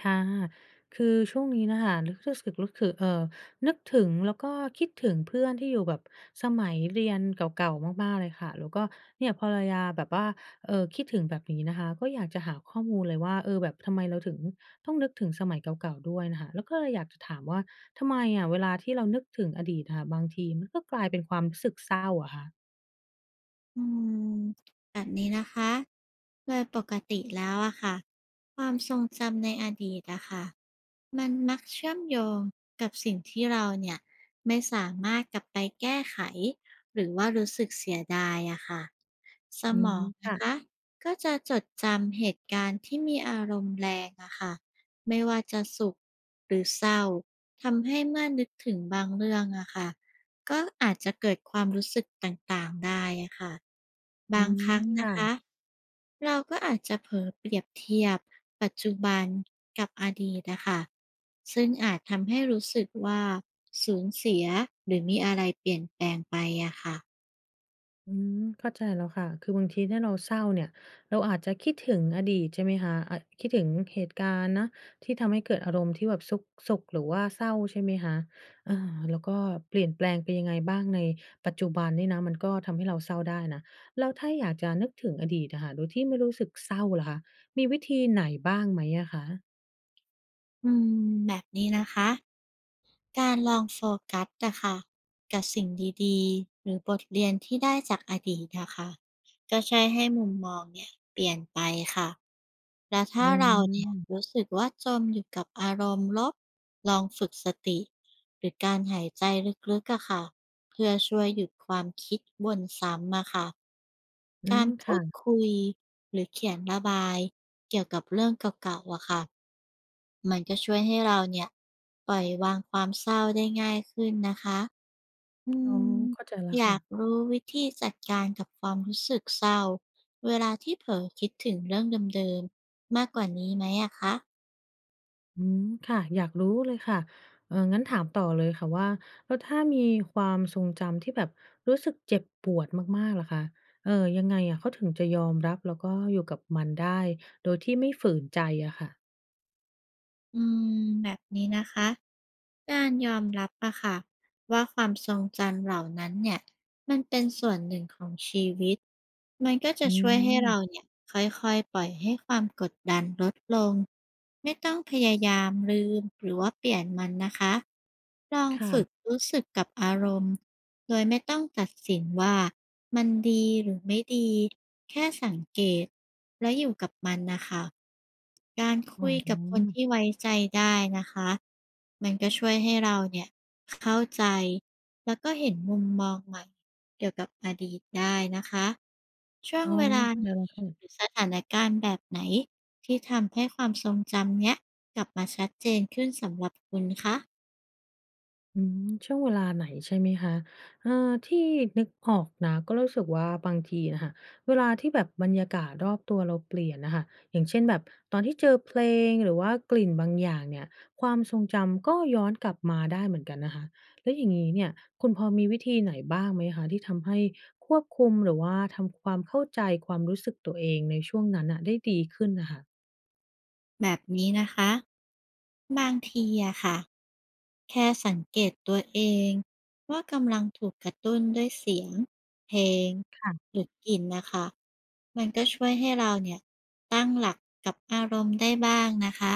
ค่ะคือช่วงนี้นะคะรู้สึกนึกถึงแล้วก็คิดถึงเพื่อนที่อยู่แบบสมัยเรียนเก่าๆมากๆเลยค่ะแล้วก็เนี่ยพอระยาแบบว่าคิดถึงแบบนี้นะคะก็อยากจะหาข้อมูลเลยว่าแบบทำไมเราถึงต้องนึกถึงสมัยเก่าๆด้วยนะคะแล้วก็เลยอยากจะถามว่าทำไมอะเวลาที่เรานึกถึงอดีตนะค่ะบางทีมันก็กลายเป็นความรู้สึกเศร้าอะคะอืมแบบนี้นะคะโดยปกติแล้วอะค่ะ ความทรงจำในอดีตอะค่ะ มันมักเชื่อมโยงกับสิ่งที่เราเนี่ยไม่สามารถกลับไปแก้ไขหรือว่ารู้สึกเสียดายอะค่ะ สอืมมองนะคะค่ะก็จะจดจำเหตุการณ์ที่มีอารมณ์แรงอะค่ะ ไม่ว่าจะสุขหรือเศร้าทำให้เมื่อนึกถึงบางเรื่องอะค่ะ ก็อาจจะเกิดความรู้สึกต่างๆได้อะค่ะอืบางมครั้งนะคะค่ะ เราก็อาจจะเผลอเปรียบเทียบปัจจุบันกับอดีตนะคะซึ่งอาจทำให้รู้สึกว่าสูญเสียหรือมีอะไรเปลี่ยนแปลงไปอะค่ะอืมเข้าใจแล้วค่ะคือบางทีถ้าเราเศร้าเนี่ยเราอาจจะคิดถึงอดีตใช่ไหมคะอะคิดถึงเหตุการณ์นะที่ทำให้เกิดอารมณ์ที่แบบสุขหรือว่าเศร้าใช่ไหมคะอาแล้วก็เปลี่ยนแปลงไปยังไงบ้างในปัจจุบันนี่นะมันก็ทำให้เราเศร้าได้นะแล้วถ้าอยากจะนึกถึงอดีตอะค่ะโดยที่ไม่รู้สึกเศร้าล่ะคะมีวิธีไหนบ้างไหมอะคะอืมแบบนี้นะคะ การลองโฟกัสอะค่ะกับสิ่งดีๆหรือบทเรียนที่ได้จากอดีตอะค่ะก็ใช่วยให้มุมมองเนี่ยเปลี่ยนไปค่ะและอืถ้าเราเนี่ยมรู้สึกว่าจมอยู่กับอารมณ์ลบลองฝึกสติหรือการหายใจลึกๆอะค่ะ เพื่อช่วยหยุดความคิดวนซ้ำอะค่ะ อืกามรพูดค่ะคุยหรือเขียนระบายเกี่ยวกับเรื่องเก่าๆอะค่ะ มันก็ช่วยให้เราเนี่ยปล่อยวางความเศร้าได้ง่ายขึ้นนะคะ อือ๋อมเข้าใจแล้วอยากค่ะ รู้วิธีจัดการกับความรู้สึกเศร้าเวลาที่เผลอคิดถึงเรื่องเดิมๆมากกว่านี้ไหมอะคะอืมค่ะอยากรู้เลยค่ะงั้นถามต่อเลยค่ะว่าแล้วถ้ามีความทรงจำที่แบบรู้สึกเจ็บปวดมากๆล่ะคะเอ่อยังไงอะเขาถึงจะยอมรับแล้วก็อยู่กับมันได้โดยที่ไม่ฝืนใจอะค่ะอืมแบบนี้นะคะ การยอมรับอะค่ะว่าความทรงจำเหล่านั้นเนี่ยมันเป็นส่วนหนึ่งของชีวิตมันก็จะอืช่วยให้เรามเนี่ยค่อยๆปล่อยให้ความกดดันลดลงไม่ต้องพยายามลืมหรือว่าเปลี่ยนมันนะคะลองฝึกค่ะรู้สึกกับอารมณ์ โดยไม่ต้องตัดสินว่ามันดีหรือไม่ดีแค่สังเกตและอยู่กับมันนะคะการอ๋คุยกับคนอที่ไว้ใจได้นะคะมันก็ช่วยให้เราเนี่ยเข้าใจแล้วก็เห็นมุมมองใหม่เกี่ยวกับอดีตได้นะคะช่วอ๋งอเวลาเข้าใจไหนแล้วหรืค่ะ อสถานการณ์แบบไหนที่ทำให้ความทรงจำเนี้ยกลับมาชัดเจนขึ้นสำหรับคุณคะอืมช่วงเวลาไหนใช่ไหมคะเออที่นึกออกนะก็รู้สึกว่าบางทีน่ะค่ะเวลาที่แบบบรรยากาศรอบตัวเราเปลี่ยนน่ะค่ะอย่างเช่นแบบตอนที่เจอเพลงหรือว่ากลิ่นบางอย่างเนี่ยความทรงจำก็ย้อนกลับมาได้เหมือนกันนะคะแล้วอย่างงี้เนี่ยคุณพอมีวิธีไหนบ้างไหมคะที่ทำให้ควบคุมหรือว่าทำความเข้าใจความรู้สึกตัวเองในช่วงนั้นน่ะได้ดีขึ้นน่ะค่ะแบบนี้นะคะบางทีอะค่ะ แค่สังเกตตัวเองว่ากำลังถูกกระตุ้นด้วยเสียงเพลงค่ะหรือกลิ่นนะคะมันก็ช่วยให้เราเนี่ยตั้งหลักกับอารมณ์ได้บ้างนะคะ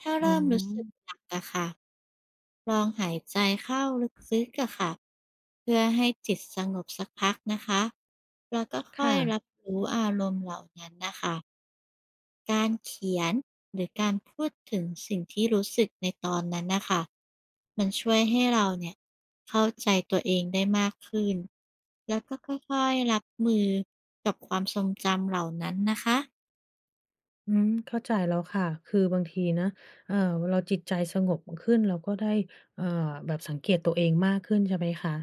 ถ้าอ๋อเริ่มรู้สึกหนักอะค่ะลองหายใจเข้าลึกๆอะค่ะเพื่อให้จิตสงบสักพักนะคะแล้วก็ค่อค่ะ ยรับรู้อารมณ์เหล่านั้นนะคะ การเขียนหรือการพูดถึงสิ่งที่รู้สึกในตอนนั้นน่ะค่ะมันช่วยให้เราเนี่ยเข้าใจตัวเองได้มากขึ้นแล้วก็ค่อยๆรับมือกับความทรงจำเหล่านั้นนะคะอืมเข้าใจแล้วค่ะ คือบางทีนะเอ่อเราจิตใจสงบขึ้นเราก็ได้เอ่อแบบสังเกตตัวเองมากขึ้นใช่ไหมคะ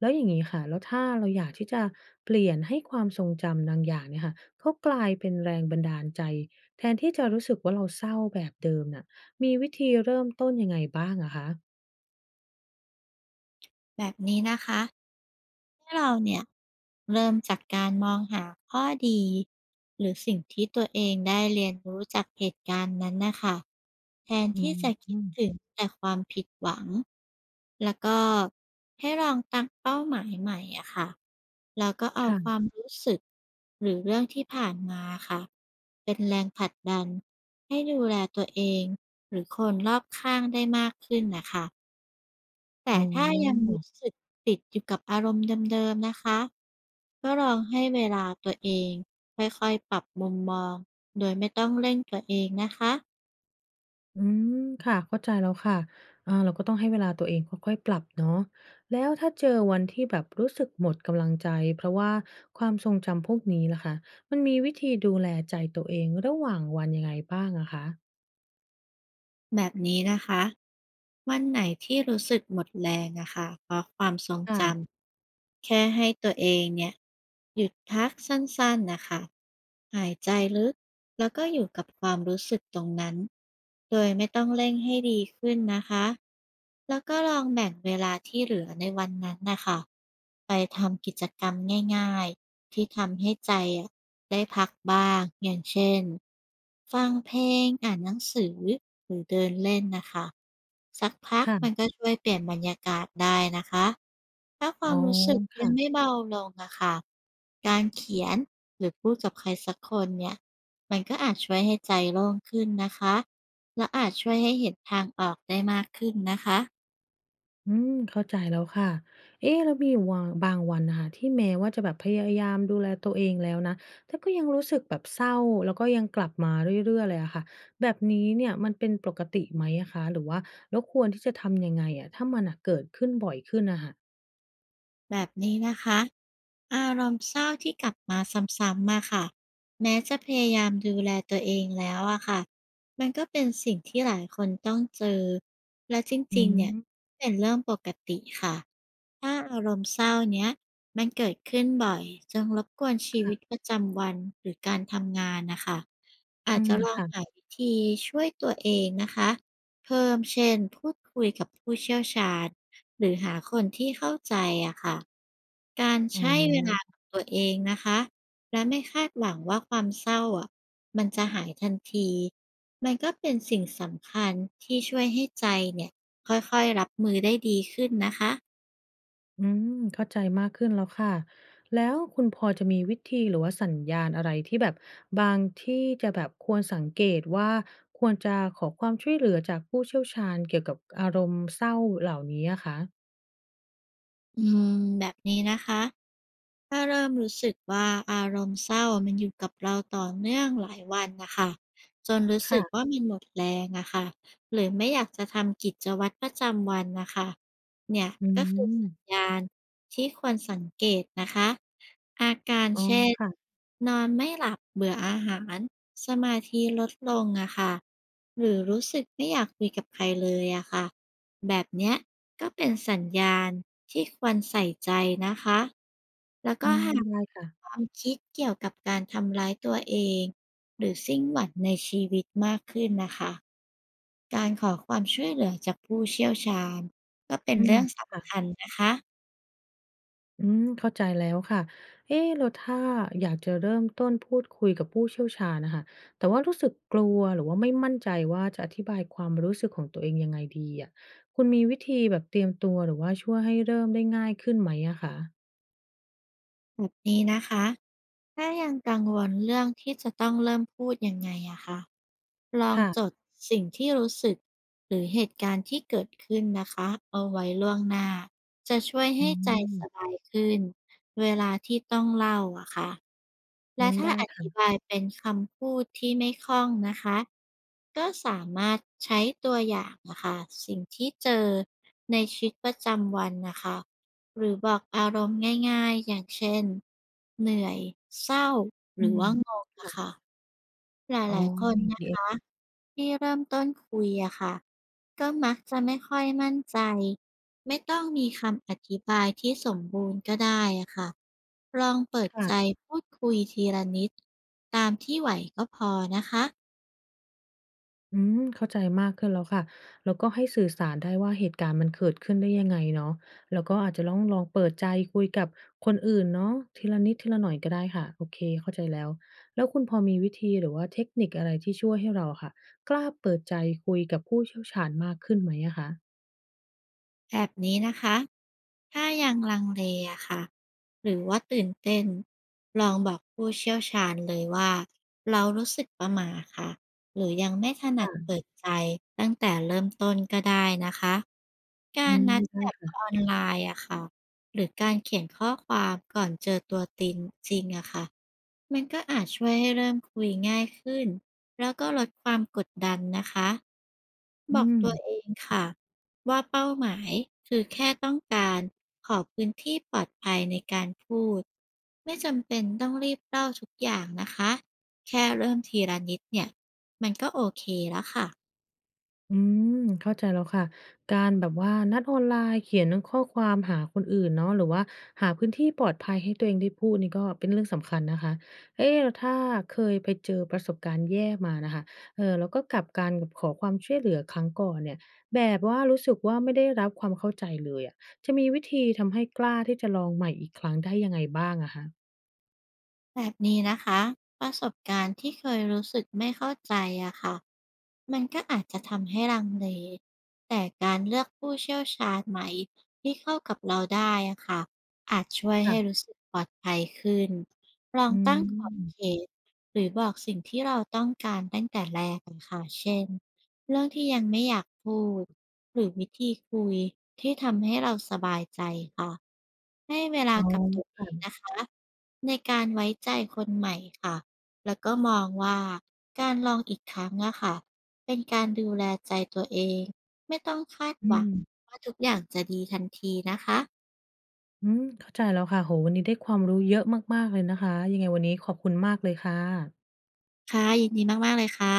แล้วอย่างงี้ค่ะ แล้วถ้าเราอยากที่จะเปลี่ยนให้ความทรงจำบางอย่างเนี่ยค่ะเขากลายเป็นแรงบันดาลใจ แทนที่จะรู้สึกว่าเราเศร้าแบบเดิมน่ะมีวิธีเริ่มต้นยังไงบ้างอะคะ แบบนี้นะคะ ให้เราเนี่ยเริ่มจากการมองหาข้อดีหรือสิ่งที่ตัวเองได้เรียนรู้จากเหตุการณ์นั้นนะคะแทนอืที่จะคิดม ถึงแต่ความผิดหวังแล้วก็ให้ลองตั้งเป้าหมายใหม่อะค่ะแล้วก็เอาคค่ะ วามรู้สึกหรือเรื่องที่ผ่านมาค่ะเป็นแรงผลักดันให้ดูแลตัวเองหรือคนรอบข้างได้มากขึ้นนะคะ แต่อ๋ถ้ายังอ รู้สึกติดอยู่กับอารมณ์เดิมๆนะคะก็ลองให้เวลาตัวเองค่อยๆปรับมุมมองโดยไม่ต้องเร่งตัวเองนะคะอืมค่ะเข้าใจแล้วค่ะเราก็ต้องให้เวลาตัวเองค่อยๆปรับเนาะแล้วถ้าเจอวันที่แบบรู้สึกหมดกำลังใจเพราะว่าความทรงจำพวกนี้ล่ะคะมันมีวิธีดูแลใจตัวเองระหว่างวันยังไงบ้างอะคะแบบนี้นะคะวันไหนที่รู้สึกหมดแรงอะค่ะเพราะความทรงจค่ะำแค่ให้ตัวเองเนี่ยหยุดพักสั้นๆนะคะหายใจลึก แล้วก็อยู่กับความรู้สึกตรงนั้น โดยไม่ต้องเร่งให้ดีขึ้นนะคะ แล้วก็ลองแบ่งเวลาที่เหลือในวันนั้นนะคะ ไปทำกิจกรรมง่ายๆที่ทำให้ใจอะได้พักบ้างอย่างเช่นฟังเพลงอ่านหนังสือหรือเดินเล่นนะคะสักพักมันค่ะก็ช่วยเปลี่ยนบรรยากาศได้นะคะ ถ้าคอ๋วาอมรู้สึกยังค่ะ ไม่เบาลงอะค่ะการเขียนหรือพูดกับใครสักคนเนี่ยมันก็อาจช่วยให้ใจโล่งขึ้นนะคะและอาจช่วยให้เห็นทางออกได้มากขึ้นนะคะอืมเข้าใจแล้วค่ะ เอ๊ะ แล้วมีวางบางวันนะคะที่แม้ว่าจะแบบพยายามดูแลตัวเองแล้วนะ แต่ก็ยังรู้สึกแบบเศร้าแล้วก็ยังกลับมาเรื่อยๆเลยอะค่ะ แบบนี้เนี่ยมันเป็นปกติไหมอะคะหรือว่าแล้วควรที่จะทำยังไงอะถ้ามันน่ะเกิดขึ้นบ่อยขึ้นน่ะค่ะแบบนี้นะคะ อารมณ์เศร้าที่กลับมาซ้ำๆมาค่ะแม้จะพยายามดูแลตัวเองแล้วอะค่ะมันก็เป็นสิ่งที่หลายคนต้องเจอและจอืริงๆเนี่ยม เป็นเรื่องปกติค่ะถ้าอารมณ์เศร้าเนี้ยมันเกิดขึ้นบ่อยจนรบกวนชีค่ะ วิตประจำวันหรือการทำงานนะคะอือาจม จะลองหาค่ะวิธีช่วยตัวเองนะคะ เพิ่มเช่นพูดคุยกับผู้เชี่ยวชาญหรือหาคนที่เข้าใจอะค่ะการอ๋ใช้เวลาอ กับตัวเองนะคะและไม่คาดหวังว่าความเศร้าอะมันจะหายทันทีมันก็เป็นสิ่งสำคัญที่ช่วยให้ใจเนี่ยค่อยๆรับมือได้ดีขึ้นนะคะอืมเข้าใจมากขึ้นแล้วค่ะแล้วคุณพอจะมีวิธีหรือว่าสัญญาณอะไรที่แบบบางที่จะแบบควรสังเกตว่าควรจะขอความช่วยเหลือจากผู้เชี่ยวชาญเกี่ยวกับอารมณ์เศร้าเหล่านี้อะคะอืมแบบนี้นะคะ ถ้าเริ่มรู้สึกว่าอารมณ์เศร้ามันอยู่กับเราต่อเนื่องหลายวันนะคะจนรู้สึกว่าค่ะมันหมดแรงอะค่ะหรือไม่อยากจะทำกิจวัตรประจำวันน่ะคะเนี่ยอืก็คือมสัญญาณที่ควรสังเกตนะคะอาการอ๋อเช่นค่ะนอนไม่หลับเบื่ออาหารสมาธิลดลงอะค่ะหรือรู้สึกไม่อยากคุยกับใครเลยอะค่ะ แบบเนี้ยก็เป็นสัญญาณที่ควรใส่ใจนะคะ แล้วอืก็มหากได้ค่ะความคิดเกี่ยวกับการทำร้ายตัวเองหรือสิ้นหวังในชีวิตมากขึ้นนะคะ การขอความช่วยเหลือจากผู้เชี่ยวชาญก็เป็นอืมเรื่องค่ะ สำคัญนะคะอืมเข้าใจแล้วค่ะ เอ๊ะแล้วถ้าอยากจะเริ่มต้นพูดคุยกับผู้เชี่ยวชาญนะคะแต่ว่ารู้สึกกลัวหรือว่าไม่มั่นใจว่าจะอธิบายความรู้สึกของตัวเองยังไงดีอะคุณมีวิธีแบบเตรียมตัวหรือว่าช่วยให้เริ่มได้ง่ายขึ้นไหมอะคะแบบนี้นะคะ ถ้ายังกังวลเรื่องที่จะต้องเริ่มพูดยังไงอะคะลองค่ะจดสิ่งที่รู้สึกหรือเหตุการณ์ที่เกิดขึ้นนะคะเอาไว้ล่วงหน้าจะช่วยอืให้ใจสมบายขึ้นเวลาที่ต้องเล่าอะค่ะอืและมได้ถ้าอค่ะธิบายเป็นคำพูดที่ไม่คล่องนะคะก็สามารถใช้ตัวอย่างนะคะสิ่งที่เจอในชีวิตประจำวันนะคะ หรือบอกอารมณ์ง่ายๆอย่างเช่นเหนื่อยเศร้าหอืรือว่างมงอะค่ะหอ๋อลายๆคอย่างนนี้นะเองคะที่เริ่มต้นคุยอะค่ะก็มักจะไม่ค่อยมั่นใจไม่ต้องมีคำอธิบายที่สมบูรณ์ก็ได้อะค่ะลองเปิดค่ะ ใจพูดคุยทีละนิดตามที่ไหวก็พอนะคะ อืมเข้าใจมากขึ้นแล้วค่ะแล้วก็ให้สื่อสารได้ว่าเหตุการณ์มันเกิดขึ้นได้ยังไงเนาะแล้วก็อาจจะตองลองเปิดใจคุยกับคนอื่นเนาะทีละนิดทีละหน่อยก็ได้ค่ะโอเคเข้าใจแล้วแล้วคุณพอมีวิธีหรือว่าเทคนิคอะไรที่ช่วยให้เราอะค่ะกล้าเปิดใจคุยกับผู้เชี่ยวชาญมากขึ้นไหมอะคะแบบนี้นะคะ ถ้ายังลังเลอะค่ะหรือว่าตื่นเต้นลองบอกผู้เชี่ยวชาญเลยว่าเรารู้สึกประหม่าค่ะหรือยังไม่ถนัดเปิดใจตั้งแต่เริ่มต้นก็ได้นะคะอืการมนัดได้แบบออนไลน์อะค่ะ หรือการเขียนข้อความก่อนเจอตัวจริงจริงอะค่ะมันก็อาจช่วยให้เริ่มคุยง่ายขึ้น แล้วก็ลดความกดดันนะคะ อืบอกม ตัวเองค่ะว่าเป้าหมายคือแค่ต้องการขอพื้นที่ปลอดภัยในการพูดไม่จำเป็นต้องรีบเล่าทุกอย่างนะคะแค่เริ่มทีละนิดเนี่ยมันก็โอเคแล้วค่ะ อืมเข้าใจแล้วค่ะการแบบว่านัดออนไลน์เขียนข้อความหาคนอื่นเนาะหรือว่าหาพื้นที่ปลอดภัยให้ตัวเองได้พูดนี่ก็เป็นเรื่องสำคัญนะคะเอ๊ะแล้วถ้าเคยไปเจอประสบการณ์แย่มานะคะแล้วก็กลับกัรกับขอความช่วยเหลือครั้งก่อนเนี่ยแบบว่ารู้สึกว่าไม่ได้รับความเข้าใจเลยอะจะมีวิธีทำให้กล้าที่จะลองใหม่อีกครั้งได้ยังไงบ้างอะคะแบบนี้นะคะประสบการณ์ที่เคยรู้สึกไม่เข้าใจอะค่ะมันก็อาจจะทำให้ลังเลแต่การเลือกผู้เชี่ยวชาญใหม่ที่เข้ากับเราได้อะค่ะอาจช่วยให้ค่ะรู้สึกปลอดภัยขึ้นลองอืตั้งขอบมเขตหรือบอกสิ่งที่เราต้องการตั้งแต่แรกอะค่ะเช่นเรื่องที่ยังไม่อยากพูดหรือวิธีคุยที่ทำให้เราสบายใจค่ะให้เวลาอ๋อกับตัว ค่ะนะคะในการไว้ใจคนใหม่ค่ะ แล้วก็มองว่าการลองอีกครั้งอะค่ะเป็นการดูแลใจตัวเอง ไม่ต้องคาดอืหวังม ว่าทุกอย่างจะดีทันทีนะคะ อืมเข้าใจแล้วค่ะโอวันนี้ได้ความรู้เยอะมากๆเลยนะคะยังไงวันนี้ขอบคุณมากเลยค่ะค่ะ ยินดีมากๆเลยค่ะ